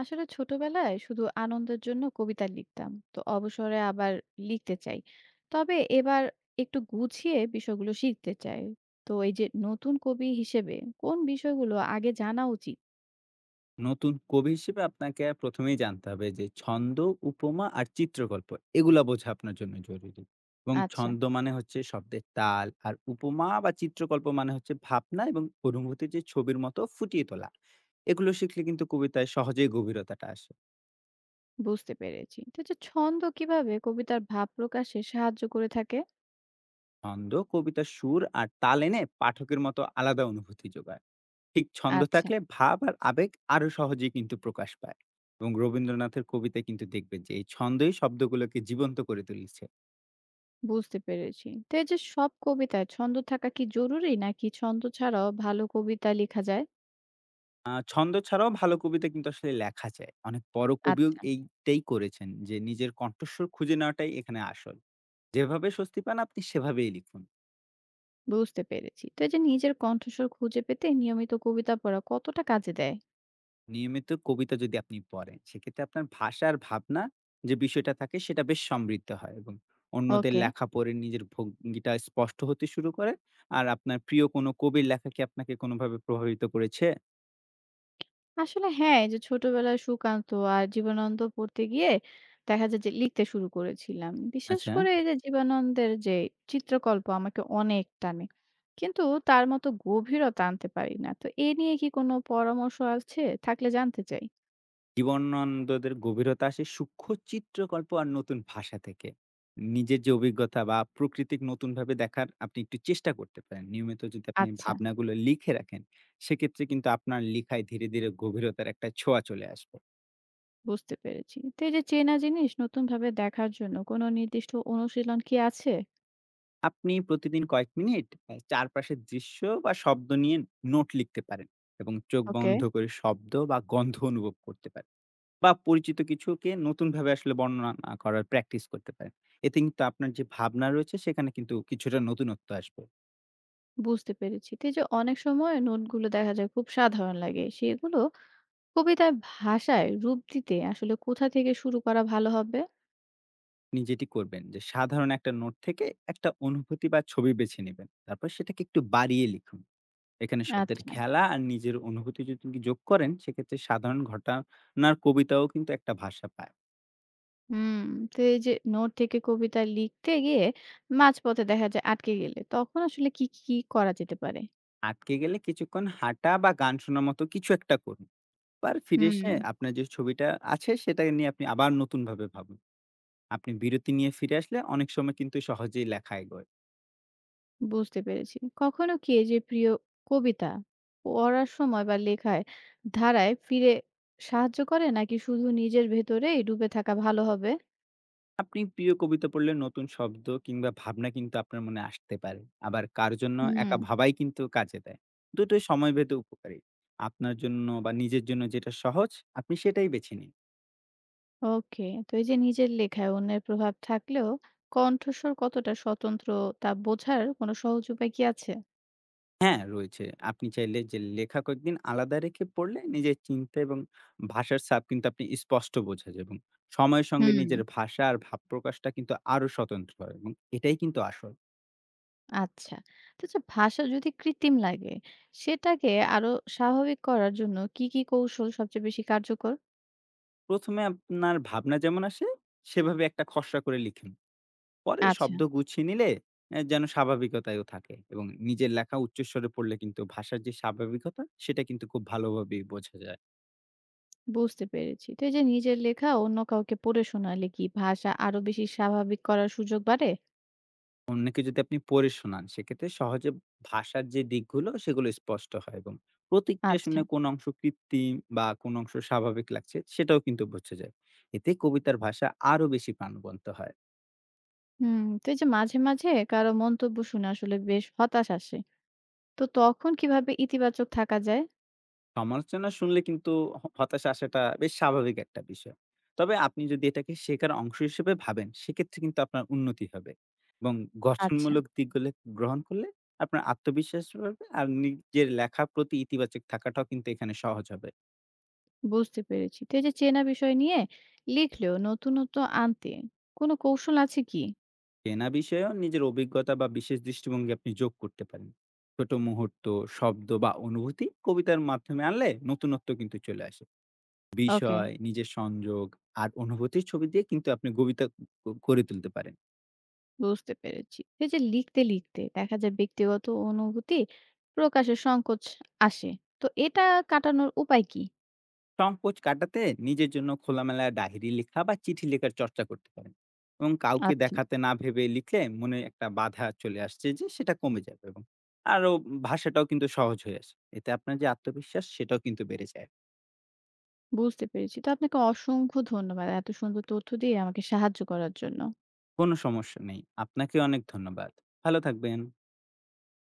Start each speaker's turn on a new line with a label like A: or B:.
A: আসলে ছোটবেলায় শুধু আনন্দের জন্য কবিতা লিখতাম তো অবসরে আবার লিখতে চাই। তবে এবার একটু গুছিয়ে বিষয়গুলো শিখতে চাই। তো এই যে নতুন কবি হিসেবে কোন বিষয়গুলো আগে জানা উচিত?
B: নতুন কবি হিসেবে আপনাকে প্রথমেই জানতে হবে যে ছন্দ, উপমা আর চিত্রকল্প এগুলা বোঝা আপনার জন্য জরুরি। এবং
A: আচ্ছা,
B: ছন্দ মানে হচ্ছে শব্দের তাল, আর উপমা বা চিত্রকল্প মানে হচ্ছে ভাবনা এবং অনুভূতি যে ছবির মতো ফুটিয়ে তোলা। এগুলো শিখলে কিন্তু কবিতায় সহজেই গভীরতাটা আসে।
A: বুঝতে পেরেছি। তো যে ছন্দ কিভাবে কবিতার ভাব প্রকাশে সাহায্য করে থাকে?
B: ছন্দ কবিতার সুর আর তাল এনে পাঠকের মতো আলাদা অনুভূতি যোগায়। ঠিক ছন্দ
A: আচ্ছা,
B: থাকলে ভাব আর আবেগ আরো সহজেই কিন্তু প্রকাশ পায়। এবং রবীন্দ্রনাথের কবিতায় কিন্তু দেখবেন যে এই ছন্দই শব্দগুলোকে জীবন্ত করে তুলেছে।
A: বুঝতে পেরেছি। তো এই যে সব কবিতায় ছন্দ থাকা কি জরুরি নাকি ছন্দ ছাড়াও ভালো কবিতা লেখা যায়?
B: ছন্দ ছাড়াও ভালো কবিতা কিন্তু আসলে লেখা যায়। অনেক বড় কবিও
A: আচ্ছা,
B: এইটাই করেছেন যে নিজের কণ্ঠস্বর খুঁজে নেওয়াটাই এখানে আসল। যেভাবে স্বস্তি পান আপনি সেভাবেই লিখুন।
A: বুঝতে পেরেছি। তো এই যে নিজের কণ্ঠস্বর খুঁজে পেতে নিয়মিত কবিতা পড়া কতটা কাজে দেয়?
B: নিয়মিত কবিতা যদি আপনি পড়েন, সেক্ষেত্রে আপনার ভাষা আর ভাবনা যে বিষয়টা থাকে সেটা বেশ সমৃদ্ধ হয়, এবং অন্যদের
A: ওকে।
B: লেখা পড়ে নিজের ভঙ্গিটা স্পষ্ট হতে শুরু করে। আর আপনার প্রিয় কোনো কবির লেখা কি আপনাকে কোনোভাবে প্রভাবিত করেছে?
A: আসলে হ্যাঁ, এই যে ছোটবেলায় সুকান্ত আর জীবনানন্দ পড়তে গিয়ে দেখা যায় যে লিখতে শুরু করেছিলাম। বিশেষ
B: আচ্ছা।
A: করে এই যে জীবনানন্দের যে চিত্রকল্প আমাকে অনেক টানে। কিন্তু তার মতো গভীরতা আনতে পারি না। তো এ নিয়ে কি কোনো পরামর্শ আছে? থাকলে জানতে চাই।
B: জীবনানন্দদের গভীরতা আসে সূক্ষ্ম চিত্রকল্প আর নতুন ভাষা থেকে। নিজের যে অভিজ্ঞতা বা প্রকৃতিক নতুনভাবে দেখার আপনি একটু চেষ্টা করতে পারেন। নিয়মিত যদি আপনি
A: আচ্ছা,
B: ভাবনাগুলো লিখে রাখেন, সেক্ষেত্রে কিন্তু আপনার লিখায় ধীরে, ধীরে গভীরতার একটা ছোঁয়া চলে আসবে।
A: বুঝতে পেরেছি। তো এই যে চেনা জিনিস নতুন ভাবে দেখার জন্য কোনো নির্দিষ্ট অনুশীলন কি আছে?
B: আপনি প্রতিদিন কয়েক মিনিট চারপাশের দৃশ্য বা শব্দ নিয়ে নোট লিখতে পারেন, এবং চোখ
A: ওকে,
B: বন্ধ করে শব্দ বা গন্ধ অনুভব করতে পারেন। বা পরিচিত কিছুকে নতুনভাবে আসলে বর্ণনা না করার প্র্যাকটিস করতে পারেন। এতে কিন্তু আপনার যে ভাবনা রয়েছে সেখানে কিন্তু কিছুটা নতুনত্ব আসবে।
A: বুঝতে পেরেছি। তো এই যে অনেক সময় নোটগুলো দেখা যায় খুব সাধারণ লাগে। সেগুলো কবিতার ভাষায় রূপ দিতে আসলে কোথা থেকে শুরু করা ভালো হবে?
B: আপনি যেটি করবেন, যে সাধারণ একটা নোট থেকে একটা অনুভূতি বা ছবি বেছে নেবেন। তারপর সেটাকে একটু বাড়িয়ে লিখুন। এখানে শব্দের
A: আচ্ছা।
B: খেলা আর নিজের অনুভূতি যদি আপনি যোগ করেন, সেক্ষেত্রে সাধারণ ঘটনার কবিতাও কিন্তু একটা ভাষা পায়।
A: হুম। তো এই যে নোট থেকে কবিতা লিখতে গিয়ে মাঝপথে দেখা যায় আটকে গেলে তখন আসলে কি করা যেতে পারে?
B: আটকে গেলে কিছুক্ষণ হাঁটা বা গান শোনার মতো কিছু একটা করুন। আবার ফিরে এসে
A: হুম,
B: আপনার যে ছবিটা আছে সেটা নিয়ে আপনি আবার নতুনভাবে ভাবুন। আপনি বিরতি নিয়ে ফিরে আসলে অনেক সময় কিন্তু সহজেই লেখা এগোয়।
A: বুঝতে পেরেছি। কখনো কি এই যে প্রিয় কবিতা পড়ার সময় বা লেখায় ধারায় ফিরে সাহায্য করে নাকি শুধু নিজের ভেতরেই ডুবে থাকা ভালো হবে?
B: আপনি প্রিয় কবিতা পড়লে নতুন শব্দ কিংবা ভাবনা কিন্তু আপনার মনে আসতে পারে। আবার কার জন্য
A: হুম।
B: একা ভাবাই কিন্তু কাজে দেয়। দুটোই সময় ভেদে উপকারী। আপনার জন্য বা নিজের জন্য যেটা সহজ, আপনি সেটাই বেছে নিন।
A: ওকে। তো এই যে নিজের লেখায় অন্যের প্রভাব থাকলেও কণ্ঠস্বর কতটা স্বতন্ত্র তা বোঝার কোনো সহজ উপায় কি আছে?
B: হ্যাঁ, রয়েছে। আপনি চাইলে যে লেখা কয়েকদিন আলাদা রেখে পড়লে নিজের চিন্তা এবং ভাষার ছাপ কিন্তু আপনি স্পষ্ট বোঝা যায়, এবং সময়ের সঙ্গে
A: হুম।
B: নিজের ভাষা আর ভাব প্রকাশটা কিন্তু আরো স্বতন্ত্র হয়, এবং এটাই কিন্তু আসল।
A: আচ্ছা, তো যে ভাষা যদি কৃত্রিম লাগে সেটাকে আরো স্বাভাবিক করার জন্য কি কি কৌশল সবচেয়ে বেশি কার্যকর?
B: প্রথমে আপনার ভাবনা যেমন আসে, সেভাবে একটা খসড়া করে লিখুন। পরে
A: আচ্ছা,
B: শব্দ গুছিয়ে নিলে যেন স্বাভাবিকতায়ও থাকে, এবং নিজের লেখা উচ্চস্বরে পড়লে কিন্তু ভাষার যে স্বাভাবিকতা, সেটা কিন্তু খুব ভালোভাবেই বোঝা যায়।
A: বুঝতে পেরেছি। তো এই যে নিজের লেখা অন্য কাউকে পড়ে শোনালে কি ভাষা আরো বেশি স্বাভাবিক করার সুযোগ বাড়ে?
B: অন্যকে যদি আপনি পড়ে শোনান, সেক্ষেত্রে সহজে ভাষার যে দিকগুলো, সেগুলো স্পষ্ট হয়, এবং প্রতিক্রিয়া
A: আচ্ছা।
B: শুনে কোন অংশ কৃত্রিম বা কোন অংশ স্বাভাবিক লাগছে, সেটাও কিন্তু বোঝা যায়। এতে কবিতার ভাষা আরো বেশি প্রাণবন্ত হয়।
A: হুম, তো এই যে মাঝে মাঝে কারো মন্তব্য শুনে আসলে বেশ হতাশ আসে। তো তখন কিভাবে ইতিবাচক থাকা যায়?
B: সমালোচনা শুনলে কিন্তু হতাশা আসাটা বেশ স্বাভাবিক একটা বিষয়। তবে আপনি যদি এটাকে শেখার অংশ হিসেবে ভাবেন, সেক্ষেত্রে কিন্তু আপনার উন্নতি হবে, এবং
A: আচ্ছা,
B: গঠনমূলক দিকগুলো গ্রহণ করলে আপনার আত্মবিশ্বাস বাড়বে, আর নিজের লেখার প্রতি ইতিবাচক থাকাটাও কিন্তু এখানে সহজ হবে।
A: বুঝতে পেরেছি। তো এই যে চেনা বিষয় নিয়ে লিখলেও নতুনত্ব আনতে কোনো কৌশল আছে কি?
B: চেনা বিষয়েও নিজের অভিজ্ঞতা বা বিশেষ দৃষ্টিভঙ্গি আপনি যোগ করতে পারেন। ছোট মুহূর্ত, শব্দ বা অনুভূতি কবিতার মাধ্যমে আনলে নতুনত্ব কিন্তু চলে আসে।
A: ওকে,
B: বিষয়, নিজের সংযোগ আর অনুভূতির ছবি দিয়ে কিন্তু আপনি কবিতা গড়ে তুলতে পারেন।
A: বুঝতে পেরেছি। এই যে লিখতে, লিখতে দেখা যায় ব্যক্তিগত অনুভূতি প্রকাশের সংকোচ আসে। তো এটা কাটানোর উপায় কি?
B: সংকোচ কাটাতে নিজের জন্য খোলামেলা ডায়েরি লেখা বা চিঠি লেখার চর্চা করতে পারেন, এবং কাউকে
A: আচ্ছা,
B: দেখাতে না ভেবে লিখলে মনে একটা বাধা চলে আসছে যে সেটা কমে যাবে, এবং আরো ভাষাটাও কিন্তু সহজ হয়ে আসে। এতে আপনার যে আত্মবিশ্বাস সেটাও কিন্তু বেড়ে যায়।
A: বুঝতে পেরেছি। তো আপনাকে অসংখ্য ধন্যবাদ। এত সুন্দর তথ্য দিয়ে আমাকে সাহায্য করার জন্য।
B: কোনো সমস্যা নেই, আপনাকে অনেক ধন্যবাদ। ভালো থাকবেন।